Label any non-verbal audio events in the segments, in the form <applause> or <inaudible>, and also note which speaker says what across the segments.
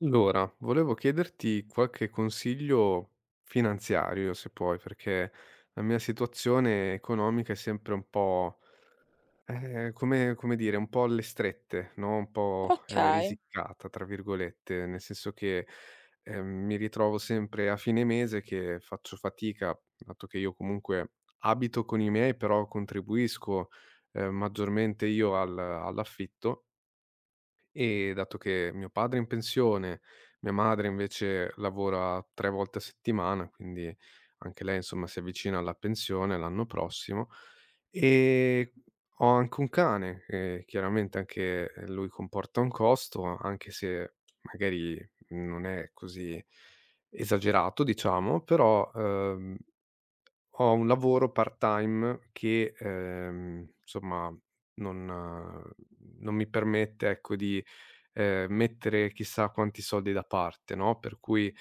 Speaker 1: Allora, volevo chiederti qualche consiglio finanziario, se puoi, perché la mia situazione economica è sempre un po', come dire, un po' alle strette, no? Un po',
Speaker 2: Okay,
Speaker 1: risiccata, tra virgolette, nel senso che mi ritrovo sempre a fine mese che faccio fatica, dato che io comunque abito con i miei, però contribuisco maggiormente io all'affitto e dato che mio padre è in pensione, mia madre invece lavora 3 volte a settimana, quindi anche lei insomma si avvicina alla pensione l'anno prossimo. E ho anche un cane e chiaramente anche lui comporta un costo, anche se magari non è così esagerato diciamo, però, ho un lavoro part-time che, insomma non eh, non mi permette, ecco, di, mettere chissà quanti soldi da parte, no, per cui,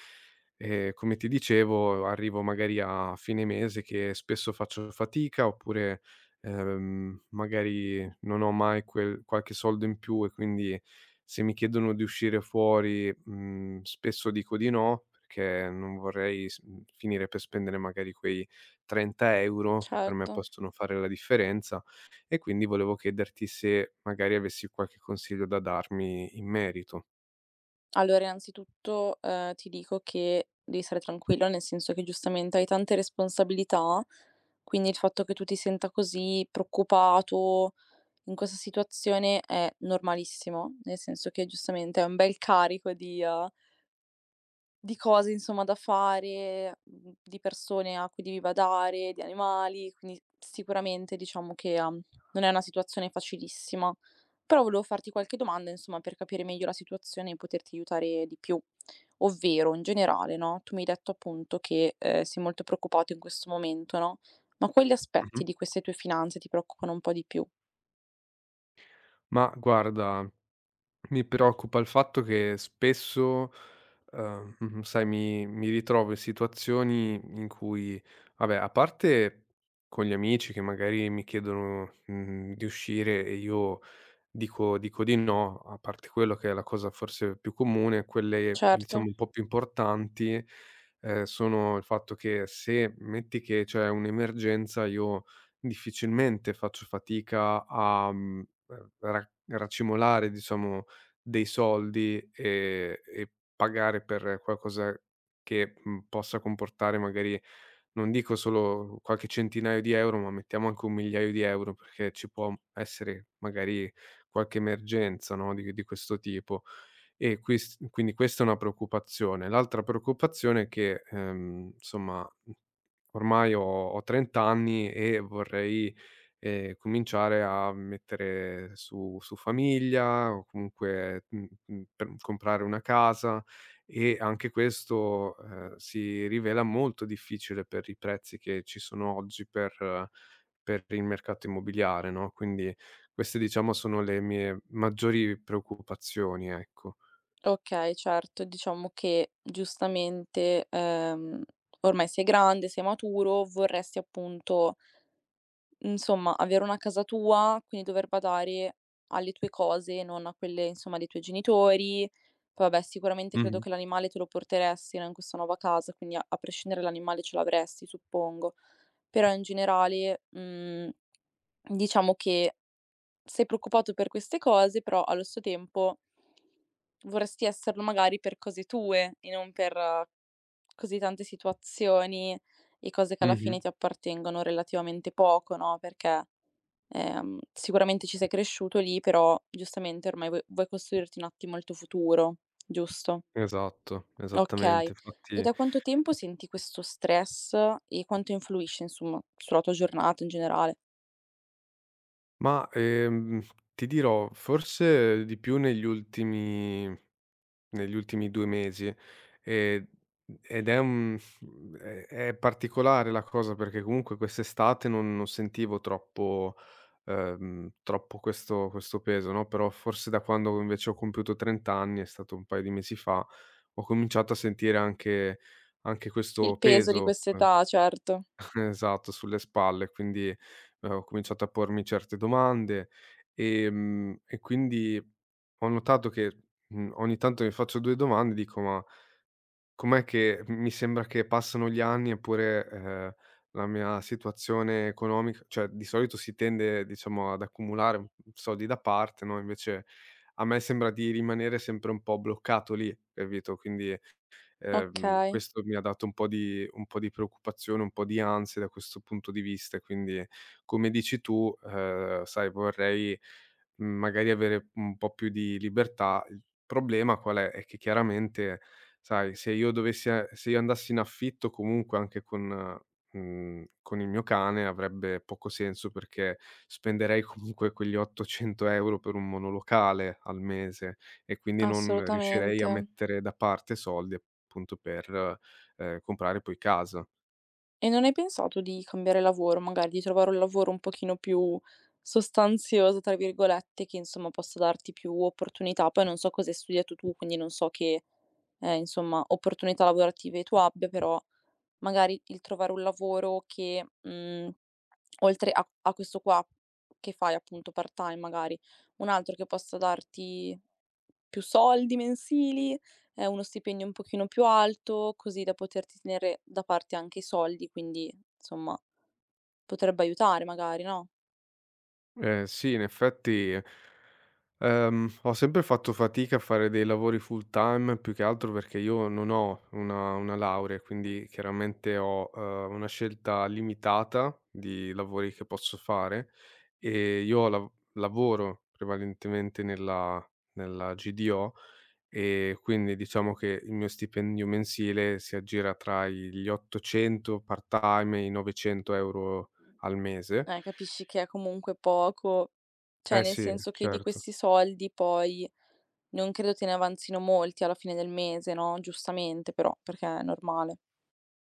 Speaker 1: come ti dicevo, arrivo magari a fine mese che spesso faccio fatica oppure, magari non ho mai quel qualche soldo in più e quindi se mi chiedono di uscire fuori, spesso dico di no, perché non vorrei finire per spendere magari quei 30 € che per me
Speaker 2: certo.
Speaker 1: possono fare la differenza e quindi volevo chiederti se magari avessi qualche consiglio da darmi in merito.
Speaker 2: Allora innanzitutto, ti dico che devi stare tranquilla, nel senso che giustamente hai tante responsabilità, quindi il fatto che tu ti senta così preoccupato in questa situazione è normalissimo, nel senso che giustamente è un bel carico di, di cose insomma da fare, di persone a cui devi badare, di animali, quindi sicuramente diciamo che, non è una situazione facilissima. Però volevo farti qualche domanda insomma per capire meglio la situazione e poterti aiutare di più. Ovvero in generale, no, tu mi hai detto appunto che, sei molto preoccupato in questo momento, no, ma quali aspetti
Speaker 1: Mh-mh.
Speaker 2: di queste tue finanze ti preoccupano un po' di più?
Speaker 1: Ma guarda, mi preoccupa il fatto che spesso, mh-mh, sai, mi ritrovo in situazioni in cui vabbè, a parte con gli amici che magari mi chiedono, di uscire e io dico di no. A parte quello che è la cosa forse più comune, quelle
Speaker 2: Certo.
Speaker 1: diciamo un po' più importanti, sono il fatto che se metti che c'è un'emergenza, io difficilmente faccio fatica a, mhmm, ra racimolare diciamo dei soldi e pagare per qualcosa che, possa comportare magari, non dico solo qualche centinaio di euro, ma mettiamo anche un migliaio di euro, perché ci può essere magari qualche emergenza, no, di questo tipo. E quis quindi questa è una preoccupazione. L'altra preoccupazione è che, insomma, ormai ho 30 anni e vorrei, cominciare a mettere su famiglia o comunque, per comprare una casa, e anche questo, si rivela molto difficile per i prezzi che ci sono oggi per il mercato immobiliare, no, quindi queste diciamo sono le mie maggiori preoccupazioni, ecco.
Speaker 2: Okay, certo. Diciamo che giustamente, ormai sei grande, sei maturo, vorresti appunto, insomma, avere una casa tua, quindi dover badare alle tue cose, non a quelle, insomma, dei tuoi genitori. Poi vabbè, sicuramente credo
Speaker 1: Mh-mh,
Speaker 2: che l'animale te lo porteresti, no, in questa nuova casa, quindi a prescindere l'animale ce l'avresti, suppongo. Però in generale, diciamo che sei preoccupato per queste cose, però allo stesso tempo vorresti esserlo magari per cose tue e non per così tante situazioni e cose che alla
Speaker 1: mh-mh.
Speaker 2: fine ti appartengono relativamente poco, no, perché, sicuramente ci sei cresciuto lì, però giustamente ormai vuoi costruirti un attimo il tuo futuro, giusto?
Speaker 1: Esatto, esattamente.
Speaker 2: Okay. E
Speaker 1: Infatti.
Speaker 2: da quanto tempo senti questo stress e quanto influisce, insomma, sulla tua giornata in generale?
Speaker 1: Ma, ti dirò, forse di più negli ultimi 2 mesi, ehm, ed è è particolare la cosa, perché comunque quest'estate non sentivo troppo questo peso, no, però forse da quando invece ho compiuto 30 anni, è stato un paio di mesi fa, ho cominciato a sentire anche
Speaker 2: Il
Speaker 1: questo
Speaker 2: peso di
Speaker 1: peso, eh.
Speaker 2: quest'età, certo.
Speaker 1: Esatto, sulle spalle, quindi, ho cominciato a pormi certe domande, e quindi ho notato che, ogni tanto mi faccio 2 domande e dico: "Ma com'è che mi sembra che passano gli anni eppure, la mia situazione economica", cioè di solito si tende, diciamo, ad accumulare un soldi da parte, no, invece a me sembra di rimanere sempre un po' bloccato lì, capito? Quindi,
Speaker 2: Okay.
Speaker 1: questo mi ha dato un po' di preoccupazione, un po' di ansia da questo punto di vista e quindi, come dici tu, sai, vorrei, magari avere un po' più di libertà. Il problema qual è? È che chiaramente, sai, se io andassi in affitto comunque anche con il mio cane avrebbe poco senso, perché spenderei <laughs> comunque quegli 800 € per un monolocale al mese. E quindi non riuscirei a
Speaker 2: Assolutamente.
Speaker 1: mettere da parte soldi appunto per, comprare poi casa.
Speaker 2: E non hai pensato di cambiare lavoro, magari di trovare un lavoro un pochino più "sostanzioso", tra virgolette, che insomma possa darti più opportunità? Poi non so cosa hai studiato tu, quindi non so che, insomma, opportunità lavorative tu abbia, però magari il trovare un lavoro che, oltre a questo qua che fai appunto part-time magari, un altro che possa darti più soldi mensili, uno stipendio un pochino più alto, così da poterti tenere da parte anche i soldi, quindi insomma potrebbe aiutare magari, no?
Speaker 1: Eh sì, in effetti, ho sempre fatto fatica a fare dei lavori full time, più che altro perché io non ho una laurea, quindi chiaramente ho, una scelta limitata di lavori che posso fare, e io lavoro prevalentemente nella GDO. E quindi diciamo che il mio stipendio mensile si aggira tra i gli 800 part-time e i 900 € al mese.
Speaker 2: Capisci che è comunque poco, cioè
Speaker 1: Eh
Speaker 2: nel
Speaker 1: sì,
Speaker 2: senso che di
Speaker 1: certo.
Speaker 2: questi soldi poi non credo te ne avanzino molti alla fine del mese, no, giustamente però, perché è normale.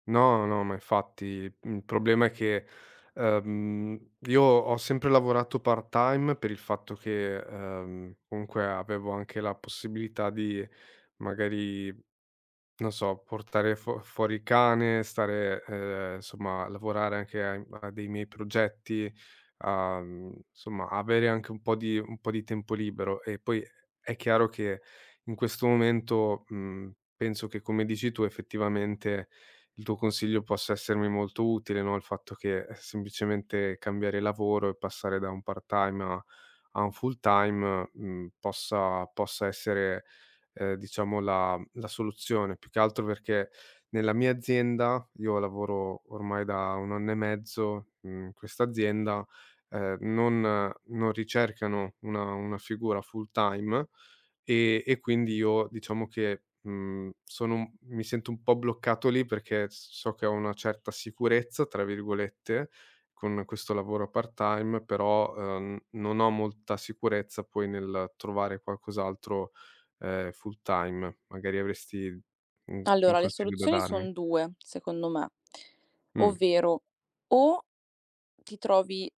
Speaker 1: No, no, ma infatti, il problema è che, io ho sempre lavorato part-time per il fatto che, comunque avevo anche la possibilità di magari non so, portare fuori il cane, stare, insomma, lavorare anche ai a dei miei progetti, insomma, avere anche un po' di tempo libero. E poi è chiaro che in questo momento, penso che come dici tu, effettivamente, il tuo consiglio possa essermi molto utile, no, il fatto che, semplicemente cambiare lavoro e passare da un part-time a un full-time, possa essere, diciamo, la soluzione. Più che altro perché nella mia azienda io lavoro ormai da 1 anno e mezzo, in questa azienda, non ricercano una figura full time, e quindi io diciamo che, sono un mi sento un po' bloccato lì, perché s so che ho una certa "sicurezza" tra virgolette con questo lavoro part time, però, non ho molta sicurezza poi nel trovare qualcos'altro full time. Magari avresti un
Speaker 2: Allora, le
Speaker 1: consiglio da
Speaker 2: soluzioni
Speaker 1: darmi?
Speaker 2: son 2, secondo me,
Speaker 1: Mh,
Speaker 2: ovvero o ti trovi,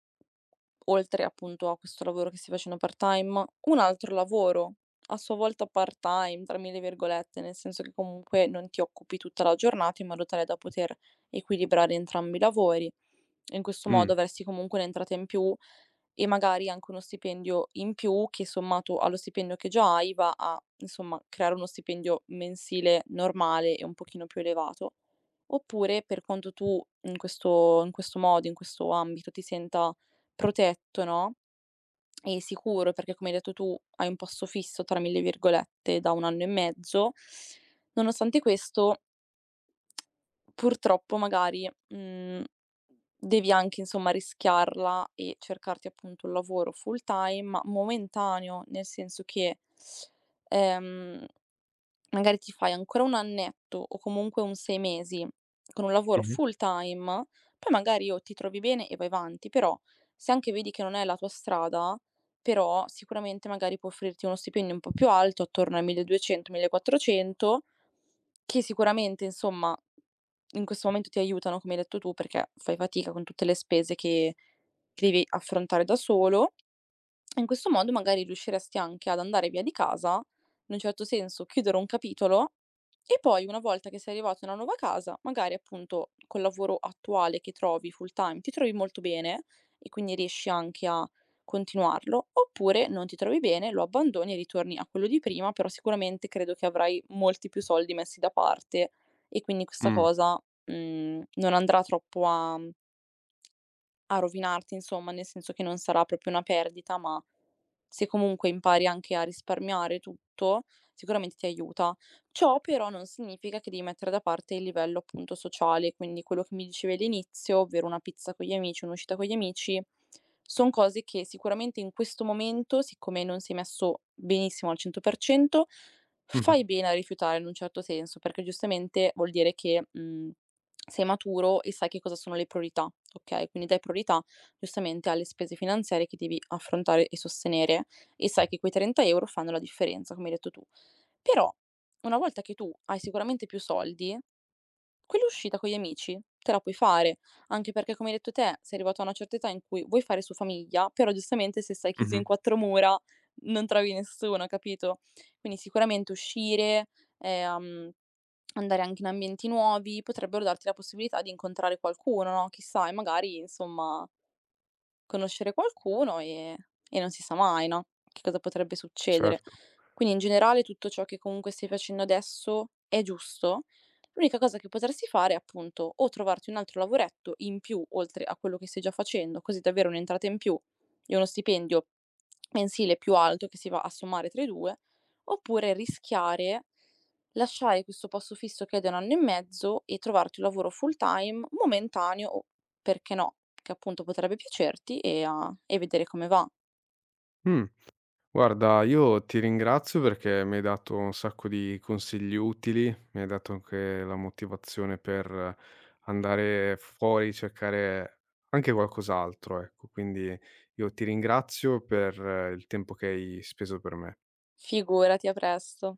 Speaker 2: oltre appunto a questo lavoro che stai facendo part-time, un altro lavoro, a sua volta part-time, tra mille virgolette, nel senso che comunque non ti occupi tutta la giornata in modo tale da poter equilibrare entrambi i lavori. E in questo
Speaker 1: mh,
Speaker 2: modo avresti comunque un'entrata in più e magari anche uno stipendio in più che sommato allo stipendio che già hai va a, insomma, creare uno stipendio mensile normale e un pochino più elevato. Oppure per quanto tu in questo modo, in questo ambito ti senta protetto, no, e sicuro, perché come hai detto tu hai un "posto fisso", tra mille virgolette, da 1 anno e mezzo, nonostante questo purtroppo magari, devi anche insomma rischiarla e cercarti appunto un lavoro full time, ma momentaneo, nel senso che, ehm, magari ti fai ancora 1 annetto o comunque un 6 mesi con un lavoro
Speaker 1: mh-mh,
Speaker 2: full time, poi magari o ti trovi bene e vai avanti, però se anche vedi che non è la tua strada, però sicuramente magari può offrirti uno stipendio un po' più alto, attorno ai 1200, 1400 che sicuramente insomma, in questo momento ti aiutano, come hai detto tu, perché fai fatica con tutte le spese che devi affrontare da solo in questo modo magari riusciresti anche ad andare via di casa, in un certo senso chiudere un capitolo e poi una volta che sei arrivato in una nuova casa, magari appunto col lavoro attuale che trovi full time ti trovi molto bene e quindi riesci anche a continuarlo, oppure non ti trovi bene, lo abbandoni e ritorni a quello di prima, però sicuramente credo che avrai molti più soldi messi da parte e quindi questa
Speaker 1: mh,
Speaker 2: cosa, non andrà troppo a rovinarti insomma, nel senso che non sarà proprio una perdita, ma se comunque impari anche a risparmiare tutto, sicuramente ti aiuta. Ciò però non significa che devi mettere da parte il livello appunto sociale, quindi quello che mi dicevi all'inizio, ovvero una pizza con gli amici, un'uscita con gli amici, son cose che sicuramente in questo momento, siccome non sei messo benissimo al 100%,
Speaker 1: mh-mh,
Speaker 2: fai bene a rifiutare in un certo senso, perché giustamente vuol dire che, mhmm sei maturo e sai che cosa sono le priorità, okay, quindi dai priorità giustamente alle spese finanziarie che devi affrontare e sostenere e sai che quei 30 € fanno la differenza, come hai detto tu. Però una volta che tu hai sicuramente più soldi, quell'uscita con gli amici te la puoi fare, anche perché come hai detto te, sei arrivato a una certa età in cui vuoi fare su famiglia, però giustamente se stai chiuso in
Speaker 1: mh-mh,
Speaker 2: quattro mura non trovi nessuno, capito? Quindi sicuramente uscire, ehm Andare anche in ambienti nuovi, potrebbero darti la possibilità di incontrare qualcuno, no, chissà e magari insomma, conoscere qualcuno e non si sa mai, no, che cosa potrebbe succedere.
Speaker 1: certo.
Speaker 2: Quindi in generale tutto ciò che comunque stai facendo adesso è giusto. L'unica cosa che potresti fare è appunto o trovarti un altro lavoretto in più oltre a quello che stai già facendo, così davvero un'entrata in più e uno stipendio mensile più alto che si va a sommare tra i 2, oppure rischiare, lasciare questo posto fisso che è da 1 anno e mezzo e trovarti un lavoro full time, momentaneo o perché no, che appunto potrebbe piacerti e vedere come va.
Speaker 1: Mh, guarda, io ti ringrazio perché mi hai dato un sacco di consigli utili, mi hai dato anche la motivazione per andare fuori, cercare anche qualcos'altro, ecco. Quindi io ti ringrazio per il tempo che hai speso per me.
Speaker 2: Figurati, a presto.